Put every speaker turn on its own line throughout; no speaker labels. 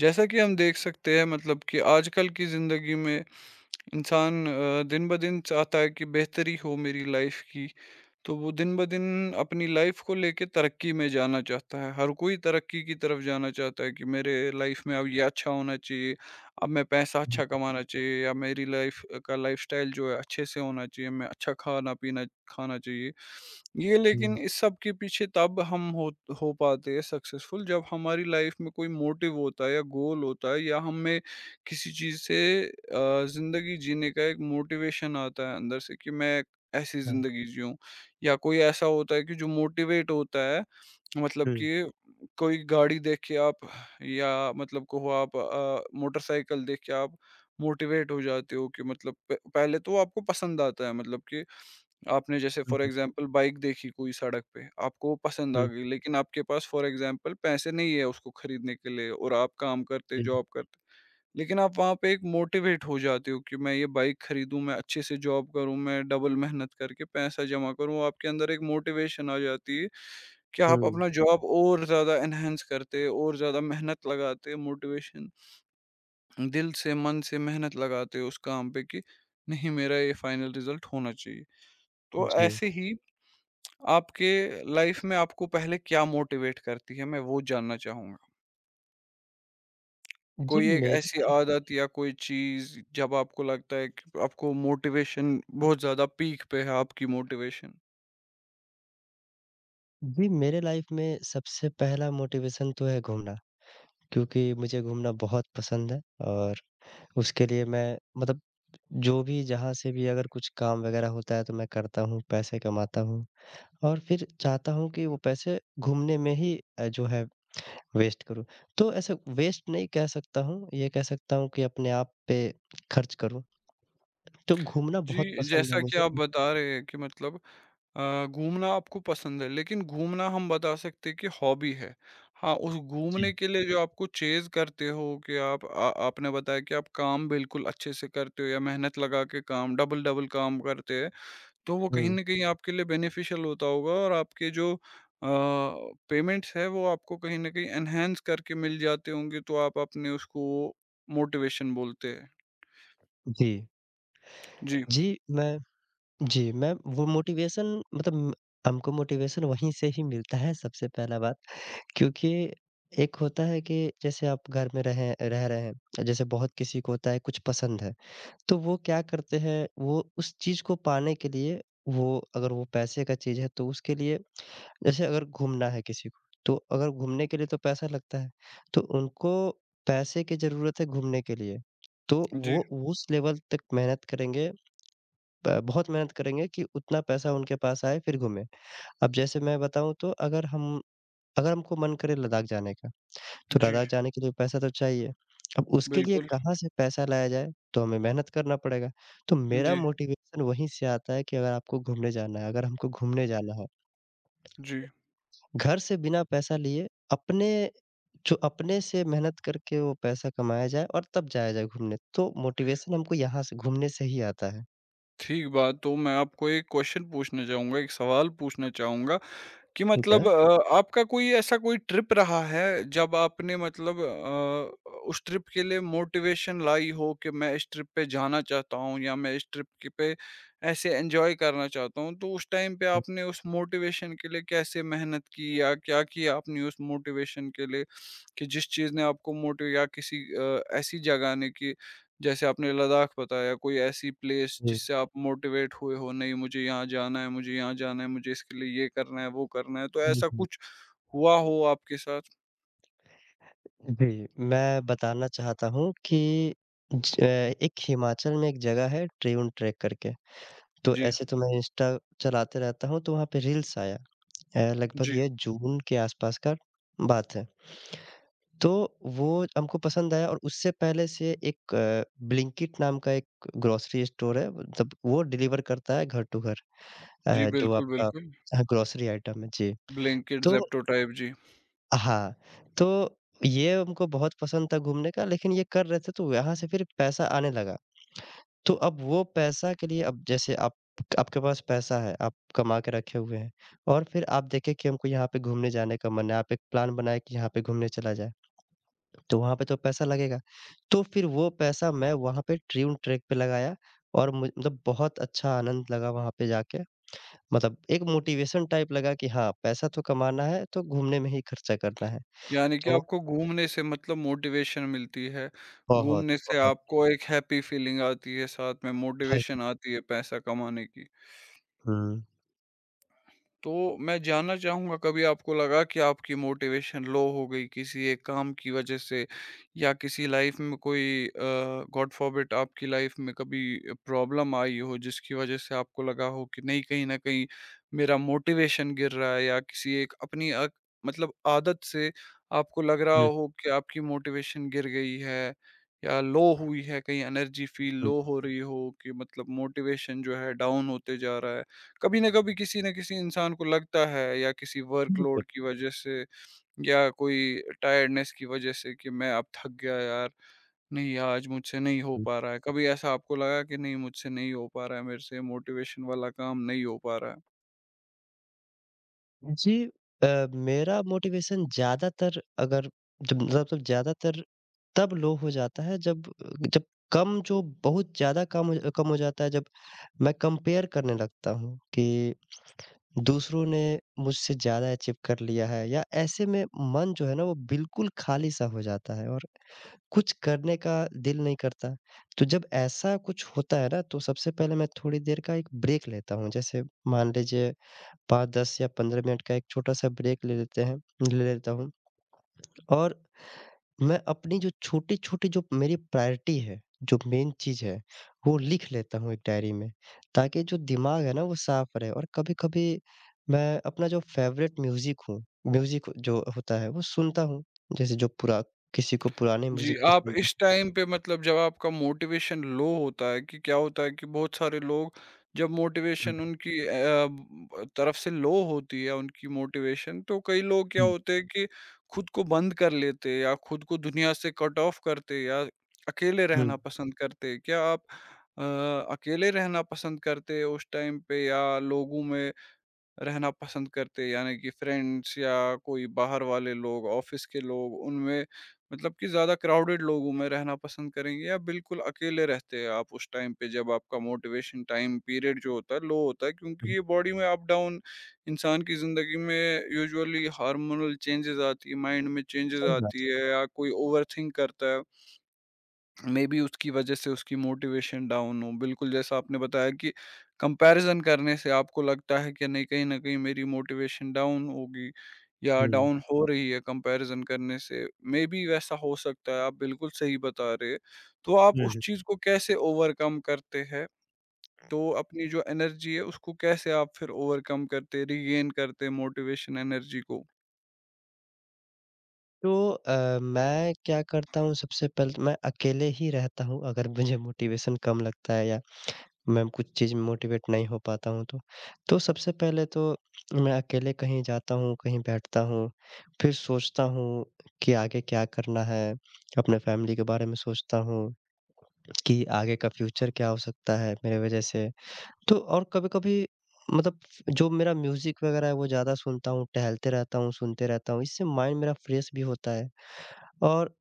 जैसा कि हम देख सकते हैं मतलब कि आजकल की ज़िंदगी में इंसान दिन ब दिन चाहता है कि बेहतरी हो मेरी लाइफ की, तो वो दिन ब दिन अपनी लाइफ को लेके तरक्की में जाना चाहता है। हर कोई तरक्की की तरफ जाना चाहता है कि मेरे लाइफ में अब ये अच्छा होना चाहिए, अब मैं पैसा
हुँ,
अच्छा कमाना चाहिए या मेरी लाइफ का लाइफ़स्टाइल जो है अच्छे से होना चाहिए, मैं अच्छा खाना-पीना खाना चाहिए। ये
हुँ,
लेकिन इस सब के पीछे तब हम हो पाते हैं सक्सेसफुल जब हमारी लाइफ में कोई मोटिव होता है या गोल होता है या हमें किसी चीज़ से ज़िंदगी जीने का एक मोटिवेशन आता है अंदर से कि मैं ऐसी
अच्छा।
ज़िंदगी जीऊँ, या कोई ऐसा होता है कि जो मोटिवेट होता है, मतलब
हुँ,
कि कोई गाड़ी देख के आप या मतलब कहो आप मोटरसाइकिल देख के आप मोटिवेट हो जाते हो कि, मतलब प पहले तो वो आपको पसंद आता है, मतलब कि आपने जैसे फॉर
हुँ,
एग्जांपल बाइक देखी कोई सड़क पे, आपको वो पसंद आ
हुँ,
गई, लेकिन आपके पास फॉर एग्जांपल पैसे नहीं है उसको खरीदने के लिए और आप काम करते,
हुँ,
जॉब करते। लेकिन आप वहाँ पे एक मोटिवेट हो जाते हो कि मैं ये बाइक खरीदूँ, मैं अच्छे से जॉब करूँ, मैं डबल मेहनत करके पैसा जमा करूँ, आपके अंदर एक मोटिवेशन आ जाती है कि आप अपना जॉब और ज़्यादा एनहांस करते, और ज़्यादा मेहनत लगाते, मोटिवेशन दिल से, मन से मेहनत लगाते हो उस काम पे कि नहीं, मेरा ये फाइनल रिजल्ट होना चाहिए। तो
जी,
ऐसे ही आपके लाइफ में आपको पहले क्या मोटिवेट करती है? मैं वो जानना चाहूँगा।
हुँ, जी। जी,
कोई एक
मेरे
ऐसी आदत या कोई चीज़ जब आपको लगता है कि आपको मोटिवेशन बहुत ज़्यादा पीक पे है, आपकी मोटिवेशन?
जी, मेरे लाइफ़ में सबसे पहला मोटिवेशन तो है घूमना, क्योंकि मुझे घूमना बहुत पसंद है और उसके लिए मैं मतलब जो भी जहाँ से भी अगर कुछ काम वग़ैरह होता है तो मैं करता हूँ, पैसे कमाता हूँ और फिर चाहता हूँ कि वो पैसे घूमने में ही जो है वेस्ट करूँ। तो ऐसे वेस्ट नहीं कह सकता हूँ, ये कह सकता हूँ कि अपने आप पे खर्च करूँ। तो घूमना बहुत
जी,
पसंद है
जैसा कि
मुझे।
आप बता रहे हैं कि मतलब घूमना आपको पसंद है, लेकिन घूमना हम बता सकते हैं कि हॉबी है। हाँ, उस घूमने
जी।
के लिए जो आपको चेज़ करते हो कि आप आ आपने बताया कि आप काम बिल्कुल अच्छे से करते हो या मेहनत लगा के काम डबल-डबल काम करते हैं। तो वो कहीं
हुँ,
न कहीं आपके लिए बेनिफिशियल होता होगा और आपके जो पेमेंट्स है वो आपको कहीं न कहीं एनहांस करके मिल जाते होंगे, तो आप अपने उसको मोटिवेशन बोलते हैं।
जी।
जी,
जी, मैं जी, मैं वो मोटिवेशन मतलब हमको मोटिवेशन वहीं से ही मिलता है सबसे पहला बात। क्योंकि एक होता है कि जैसे आप घर में रहें रह रहे हैं, जैसे बहुत किसी को होता है कुछ पसंद है, तो वो क्या करते हैं वो उस चीज़ को पाने के लिए वो अगर वो पैसे का चीज़ है तो उसके लिए जैसे अगर घूमना है किसी को, तो अगर घूमने के लिए तो पैसा लगता है, तो उनको पैसे की ज़रूरत है घूमने के लिए, तो
जी,
वो उस लेवल तक मेहनत करेंगे ब बहुत मेहनत करेंगे कि उतना पैसा उनके पास आए फिर घूमें। अब जैसे मैं बताऊँ तो अगर हमको मन करे लद्दाख जाने का, तो
जी,
लद्दाख जाने के लिए पैसा तो चाहिए। अब उसके लिए
बिल्कुल।
कहाँ से पैसा लाया जाए? तो हमें मेहनत करना पड़ेगा। तो मेरा
जी,
मोटिवेशन वहीं से आता है कि अगर आपको घूमने जाना है अगर हमको घूमने जाना है,
जी।
घर से बिना पैसा लिए अपने जो अपने से मेहनत करके वो पैसा कमाया जाए और तब जाया जाए घूमने। तो मोटिवेशन हमको यहाँ से घूमने से ही आता है।
ठीक बात, तो मैं आपको एक क्वेश्चन पूछना चाहूँगा, एक सवाल पूछना चाहूँगा। कि
ठीक है?
मतलब आपका कोई ऐसा कोई ट्रिप रहा है जब आपने मतलब उस ट्रिप के लिए मोटिवेशन लाई हो कि मैं इस ट्रिप पे जाना चाहता हूँ या मैं इस ट्रिप के पे ऐसे एंजॉय करना चाहता हूँ, तो उस टाइम पे
हुँ,
आपने उस मोटिवेशन के लिए कैसे मेहनत की या क्या किया आपने उस मोटिवेशन के लिए, कि जिस चीज़ ने आपको मोटिव या किसी ऐसी जगह ने, कि जैसे आपने लद्दाख बताया, कोई ऐसी प्लेस
जी।
जिससे आप मोटिवेट हुए हो, नहीं मुझे यहाँ जाना है, मुझे यहाँ जाना है, मुझे इसके लिए ये करना है, वो करना है, तो
हुँ,
ऐसा
हुँ।
कुछ हुआ हो आपके साथ?
जी, मैं बताना चाहता हूँ कि एक हिमाचल में एक जगह है ट्रिउन ट्रेक करके, तो
जी,
ऐसे तो मैं इंस्टा चलाते रहता हूँ तो वहाँ पे रील्स आया लगभग
जी,
ये जून के आसपास का बात है। तो वो हमको पसंद आया और उससे पहले से एक ब्लिंकिट नाम का एक ग्रोसरी स्टोर है, मतलब वो डिलीवर करता है घर टू घर
जी,
जो
बिल्कुल,
आपका।
बिल्कुल।
हाँ, ग्रोसरी आइटम है। जी,
ब्लिंकिट,
तो
ज़ेप्टो टाइप, जी।
हाँ, तो ये उनको बहुत पसंद था घूमने का लेकिन ये कर रहे थे तो यहाँ से फिर पैसा आने लगा। तो अब वो पैसा के लिए, अब जैसे आप आपके पास पैसा है, आप कमा के रखे हुए हैं और फिर आप देखें कि हमको यहाँ पे घूमने जाने का मन है, आप एक प्लान बनाएँ कि यहाँ पे घूमने चला जाए, तो वहाँ पे तो पैसा लगेगा। तो फिर वो पैसा मैं वहाँ पे ड्रीम ट्रैक पे लगाया और मु मतलब बहुत अच्छा आनंद लगा वहाँ पे जाके। मतलब एक मोटिवेशन टाइप लगा कि हाँ, पैसा तो कमाना है, तो घूमने में ही खर्चा करना है।
यानी कि
तो
आपको घूमने से मतलब मोटिवेशन मिलती है,
बहुत,
घूमने से
बहुत।
आपको एक हैप्पी फीलिंग आती है, साथ में
हाँ जी।
मोटिवेशन आती है पैसा कमाने की।
हुँ।
तो मैं जानना चाहूँगा, कभी आपको लगा कि आपकी मोटिवेशन लो हो गई किसी एक काम की वज़ह से, या किसी लाइफ़ में कोई गॉड फ़ॉरबिड आपकी लाइफ़ में कभी प्रॉब्लम आई हो जिसकी वज़ह से आपको लगा हो कि नहीं कहीं न कहीं मेरा मोटिवेशन गिर रहा है, या किसी एक अपनी मतलब आदत से आपको लग रहा हो कि आपकी मोटिवेशन गिर गई है या लो हुई है, कहीं एनर्जी फ़ील
बिल्कुल,
लो हो रही हो कि मतलब मोटिवेशन जो है डाउन होते जा रहा है? कभी ना कभी किसी न किसी इंसान को लगता है, या किसी
बिल्कुल, बिल्कुल।
वर्कलोड की वजह से या कोई टायर्डनेस की वजह से कि मैं अब थक गया यार, नहीं आज मुझसे नहीं हो
हुँ।
पा रहा है। कभी ऐसा आपको लगा कि नहीं मुझसे नहीं हो पा रहा है, मेरे से मोटिवेशन वाला काम नहीं हो पा रहा है?
जी अ, मेरा मोटिवेशन ज़्यादातर अगर जब मतलब ज़्यादातर तब लो हो जाता है जब जब कम जो बहुत ज़्यादा कम हो जाता है जब मैं कंपेयर करने लगता हूँ कि दूसरों ने मुझसे ज़्यादा अचीव कर लिया है या ऐसे में मन जो है ना वो बिल्कुल खाली-सा हो जाता है और कुछ करने का दिल नहीं करता। तो जब ऐसा कुछ होता है ना तो सबसे पहले मैं थोड़ी देर का एक ब्रेक लेता हूँ। जैसे मान लीजिए 5-10 या 15 मिनट का एक छोटा-सा ब्रेक ले लेते हैं ले लेता हूँ और मैं अपनी जो छोटी-छोटी जो मेरी प्रायोरिटी है, जो मेन चीज़ है, वो लिख लेता हूँ एक डायरी में। ताकि जो दिमाग है ना वो साफ रहे और कभी-कभी मैं अपना जो फ़ेवरेट म्यूज़िक जो होता है वो सुनता हूँ। जैसे जो पुरा किसी को पुराने
जी,
म्यूज़िक
आप
पसंद।
इस टाइम पे मतलब जब आपका मोटिवेशन लो होता है कि क्या होता है कि बहुत सारे लोग, जब
हुँ,
मोटिवेशन उनकी अ, ब तरफ से लो होती है उनकी मोटिवेशन, तो कई लोग क्या
हुँ।
होते हैं कि खुद को बंद कर लेते हैं या खुद को दुनिया से कट ऑफ करते हैं या अकेले
हुँ,
रहना पसंद करते हैं। क्या आप अ, अकेले रहना पसंद करते हैं उस टाइम पे, या लोगों में रहना पसंद करते हैं, यानी कि फ्रेंड्स या कोई बाहर वाले लोग, ऑफिस के लोग, उनमें मतलब कि ज़्यादा क्राउडेड लोगों में रहना पसंद करेंगे, या बिल्कुल अकेले रहते हैं आप उस टाइम पे जब आपका मोटिवेशन टाइम पीरियड जो होता है, लो होता है? क्योंकि
हुँ।
ये बॉडी में अप डाउन इंसान की ज़िंदगी में यूजुअली हार्मोनल चेंजेज़ आती है, माइंड में चेंजेज़
सही बात
आती है या कोई ओवरथिंक करता है। मे बी उसकी वजह से उसकी मोटिवेशन डाउन हो, बिल्कुल जैसा आपने बताया कि कंपैरिजन करने से आपको लगता है कि नहीं कहीं न कहीं मेरी मोटिवेशन डाउन होगी
है।
या
हुँ,
डाउन हो रही है कंपैरिजन करने से, मे बी वैसा हो सकता है, आप बिल्कुल सही बता रहे हैं। तो आप
हुँ,
उस
हुँ।
चीज़ को कैसे ओवरकम करते हैं? तो अपनी जो एनर्जी है उसको कैसे आप फिर ओवरकम करते, रीगेन करते मोटिवेशन एनर्जी को?
तो मैं क्या करता हूँ सबसे पहले तो मैं अकेले ही रहता हूँ अगर मुझे मोटिवेशन कम लगता है या मैं कुछ चीज़ में मोटिवेट नहीं हो पाता हूँ तो। तो सबसे पहले तो मैं अकेले कहीं जाता हूँ, कहीं बैठता हूँ, फिर सोचता हूँ कि आगे क्या करना है, अपने फैमिली के बारे में सोचता हूँ कि आगे का फ्यूचर क्या हो सकता है मेरे वज़ह से। तो और कभी-कभी मतलब जो मेरा म्यूज़िक वगैरह है वो ज़्यादा सुनता हूँ, टहलते रहता हूँ, सुनते रहता हूँ, इससे माइंड मेरा फ्रेश भी होता है और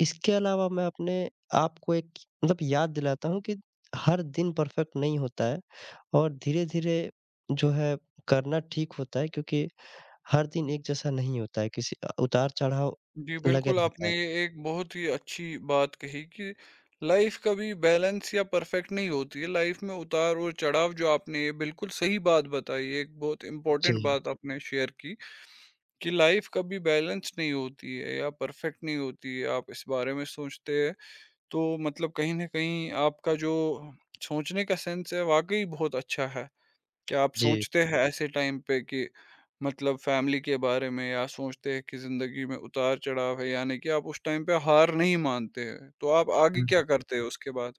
इसके अलावा मैं अपने आप को एक मतलब याद दिलाता हूँ कि हर दिन परफेक्ट नहीं होता है और धीरे-धीरे जो है करना ठीक होता है क्योंकि हर दिन एक जैसा नहीं होता है, किसी उतार-चढ़ाव
जी,
लगे
बिल्कुल,
रहता
आपने
है।
एक बहुत ही अच्छी बात कही कि लाइफ कभी बैलेंस या परफेक्ट नहीं होती है। लाइफ में उतार और चढ़ाव जो आपने, ये बिल्कुल सही बात बताई है, एक बहुत इम्पोर्टेंट
जी,
बात आपने शेयर की कि लाइफ कभी बैलेंस नहीं होती है या परफेक्ट नहीं होती है। आप इस बारे में सोचते हैं, तो मतलब कहीं न कहीं आपका जो सोचने का सेंस है वाक़ई बहुत अच्छा है। क्या आप
जी।
सोचते हैं ऐसे टाइम पे कि मतलब फैमिली के बारे में, या सोचते हैं कि ज़िंदगी में उतार-चढ़ाव है, यानी कि आप उस टाइम पे हार नहीं मानते हैं, तो आप आगे
हुँ।
क्या करते हैं उसके बाद?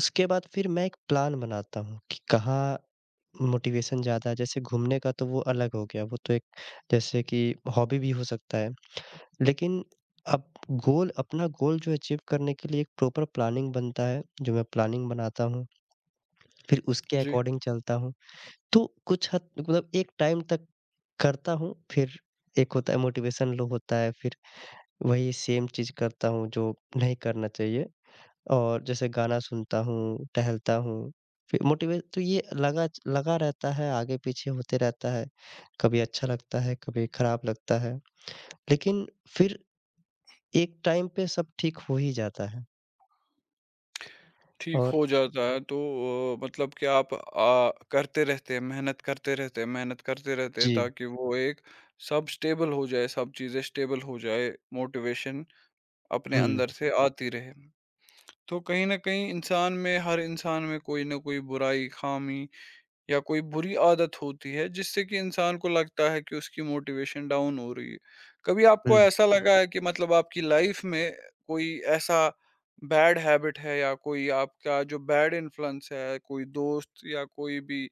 उसके बाद फिर मैं एक प्लान बनाता हूँ कि कहाँ मोटिवेशन ज़्यादा है, जैसे घूमने का तो वो अलग हो गया, वो तो एक जैसे कि हॉबी भी हो सकता है। लेकिन अब गोल अपना गोल जो अचीव करने के लिए एक प्रॉपर प्लानिंग बनता है, जो मैं प्लानिंग बनाता हूँ, फिर उसके
जी,
अकॉर्डिंग चलता हूँ। तो कुछ हद मतलब एक टाइम तक करता हूँ, फिर एक होता है मोटिवेशन लो होता है, फिर वही सेम चीज़ करता हूँ जो नहीं करना चाहिए। और जैसे गाना सुनता हूँ, टहलता हूँ, फिर मोटिवेट तो ये लगा लगा रहता है, आगे-पीछे होते रहता है। कभी अच्छा लगता है, कभी खराब लगता है, लेकिन फिर एक टाइम पे सब ठीक हो ही जाता है
ठीक
और।
हो जाता है तो मतलब कि आप करते रहते हैं, मेहनत करते रहते हैं मेहनत करते रहते हैं
जी।
ताकि वो एक सब स्टेबल हो जाए, सब चीज़ें स्टेबल हो जाए, मोटिवेशन अपने
हुँ,
अंदर से आती रहे। तो कहीं न कहीं इंसान में, हर इंसान में कोई न कोई बुराई, ख़ामी या कोई बुरी आदत होती है, जिससे कि इंसान को लगता है कि उसकी मोटिवेशन डाउन हो रही है। कभी आपको
हुँ,
ऐसा लगा है कि मतलब आपकी लाइफ में कोई ऐसा बैड हैबिट है, या कोई आपका जो बैड इन्फ्लुएंस है, कोई दोस्त या कोई भी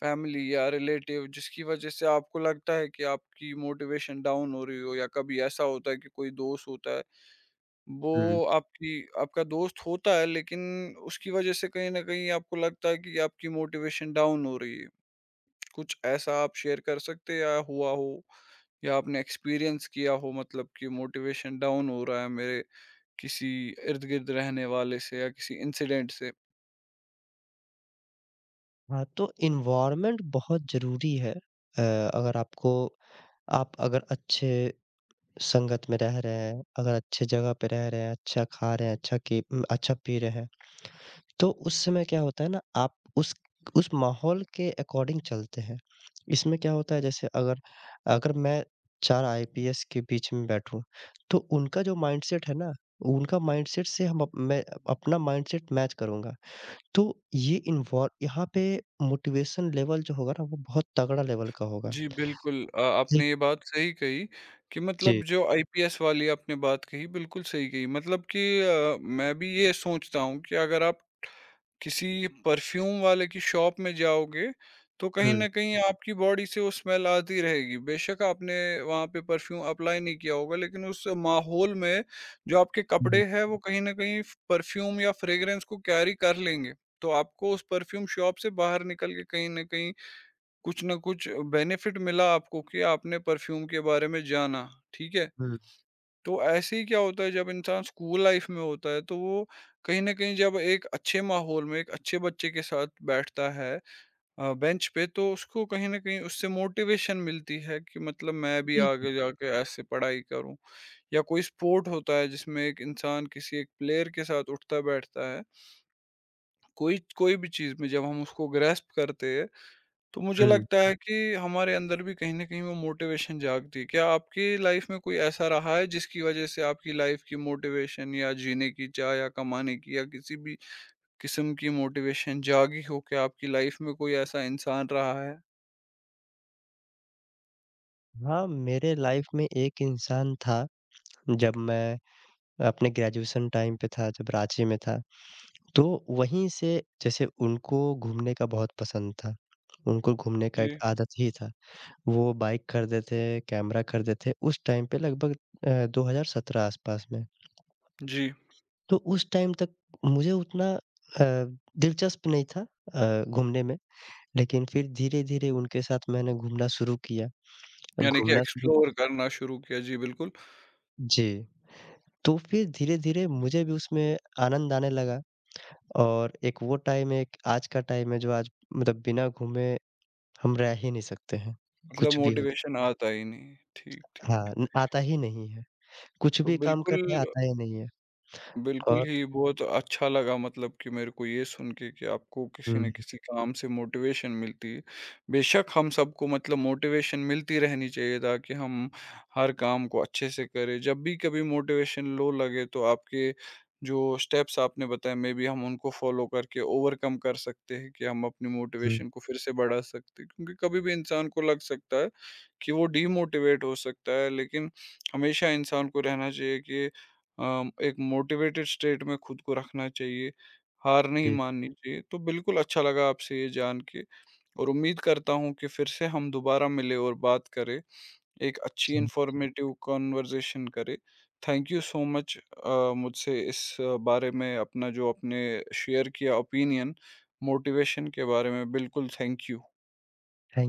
फैमिली या रिलेटिव जिसकी वजह से आपको लगता है कि आपकी मोटिवेशन डाउन हो रही हो, या कभी ऐसा होता है कि कोई दोस्त होता है, वो
हुँ।
आपकी आपका दोस्त होता है लेकिन उसकी वजह से कहीं ना कहीं आपको लगता है कि आपकी मोटिवेशन डाउन हो रही है, कुछ ऐसा आप शेयर कर सकते, या हुआ हो या आपने एक्सपीरियंस किया हो मतलब कि मोटिवेशन डाउन हो रहा है मेरे किसी इर्द गिर्द रहने वाले से या किसी इंसिडेंट से?
हाँ, तो एनवायरनमेंट बहुत ज़रूरी है। अगर आपको आप अगर अच्छे संगत में रह रहे हैं, अगर अच्छे जगह पे रह रहे हैं, अच्छा खा रहे हैं, अच्छा पी रहे हैं। तो उस समय क्या होता है ना, आप उस माहौल के अकॉर्डिंग चलते हैं। इसमें क्या होता है जैसे अगर अगर मैं 4 आईपीएस के बीच में बैठूँ, तो उनका जो माइंडसेट है ना, उनका माइंडसेट से हम अप मैं अपना माइंडसेट मैच करूँगा। तो ये इन्वॉल्व यहाँ पे मोटिवेशन लेवल जो होगा ना वो बहुत तगड़ा लेवल का होगा।
जी, बिल्कुल।
जी,
आपने ये बात सही कही कि
जी।
मतलब जो आईपीएस वाली आपने बात कही, बिल्कुल सही कही। मतलब कि मैं भी ये सोचता हूँ कि अगर आप किसी परफ्यूम वाले की शॉप में जाओगे, तो कहीं
हुँ,
न कहीं आपकी बॉडी से वो स्मेल आती रहेगी। बेशक आपने वहाँ पे परफ्यूम अप्लाई नहीं किया होगा, लेकिन उस माहौल में जो आपके
हुँ,
कपड़े हैं, वो कहीं न कहीं फ परफ्यूम या फ्रेग्रेंस को कैरी कर लेंगे। तो आपको उस परफ्यूम शॉप से बाहर निकल के कहीं न कहीं कुछ ना कुछ बेनिफिट मिला आपको कि आपने परफ्यूम के बारे में जाना, ठीक है?
हुँ,
तो ऐसे ही क्या होता है, जब इंसान स्कूल लाइफ में होता है तो वो कहीं न कहीं जब एक अच्छे माहौल में एक अच्छे बच्चे के साथ बैठता है बेंच पे, तो उसको कहीं न कहीं उससे मोटिवेशन मिलती है कि मतलब मैं भी आगे जाके ऐसे पढ़ाई करूँ। या कोई स्पोर्ट होता है जिसमें एक इंसान किसी एक प्लेयर के साथ उठता-बैठता है, कोई कोई भी चीज़ में जब हम उसको ग्रैस्प करते हैं तो मुझे
हुँ।
लगता है कि हमारे अंदर भी कहीं न कहीं वो मोटिवेशन जागती है। क्या आपकी लाइफ़ में कोई ऐसा रहा है जिसकी वज़ह से आपकी लाइफ़ की मोटिवेशन या जीने की चाह या कमाने की या किसी भी किस्म की मोटिवेशन जागी हो? क्या आपकी लाइफ़ में कोई ऐसा इंसान रहा है?
हाँ, मेरे लाइफ में एक इंसान था जब मैं अपने ग्रेजुएशन टाइम पे था, जब रांची में था। तो वहीं से जैसे उनको घूमने का बहुत पसंद था। उनको घूमने का एक
जी,
आदत ही था। वो बाइक खरीदे थे, कैमरा खरीदे थे, उस टाइम पे लगभग 2017 आस-पास में।
जी।
तो उस टाइम तक मुझे उतना दिलचस्प नहीं था घूमने में, लेकिन फिर धीरे-धीरे उनके साथ मैंने घूमना शुरू किया। अब
यानी कि
घूमना शुरू।
एक्सप्लोर करना शुरू किया। जी, बिल्कुल।
जी, तो फिर धीरे-धीरे मुझे भी उसमें आनंद आने लगा और एक वो टाइम है, एक आज का टाइम है जो आज मतलब बिना घूमे हम रह ही नहीं सकते हैं।
मतलब
कुछ भी हो जाए।
मोटिवेशन आता ही नहीं। ठीक, ठीक।
हाँ, न आता ही नहीं है। कुछ
तो
भी काम
बिल्कुल,
करने आता ही नहीं है
बिल्कुल
और।
ही, बहुत अच्छा लगा मतलब कि मेरे को ये सुन के कि आपको किसी न
हुँ,
किसी काम से मोटिवेशन मिलती है। बेशक हम सबको मतलब मोटिवेशन मिलती रहनी चाहिए ताकि हम हर काम को अच्छे से करें। जब भी कभी मोटिवेशन लो लगे तो आपके जो स्टेप्स आपने बताए, मे बी हम उनको फ़ॉलो करके ओवरकम कर सकते हैं कि हम अपनी
हुँ,
मोटिवेशन को फिर से बढ़ा सकते हैं। क्योंकि कभी भी इंसान को लग सकता है कि वो डीमोटिवेट हो सकता है, लेकिन हमेशा इंसान को रहना चाहिए कि एक मोटिवेटेड स्टेट में खुद को रखना चाहिए, हार नहीं
जी,
माननी चाहिए। तो बिल्कुल अच्छा लगा आपसे ये जान के, और उम्मीद करता हूँ कि फिर से हम दोबारा मिलें और बात करें, एक अच्छी
जी।
इन्फॉर्मेटिव कन्वर्सेशन करें। थैंक यू सो मच, मुझसे इस बारे में अपना जो आपने शेयर किया ओपिनियन मोटिवेशन के बारे में, बिल्कुल थैंक यू।
थैंक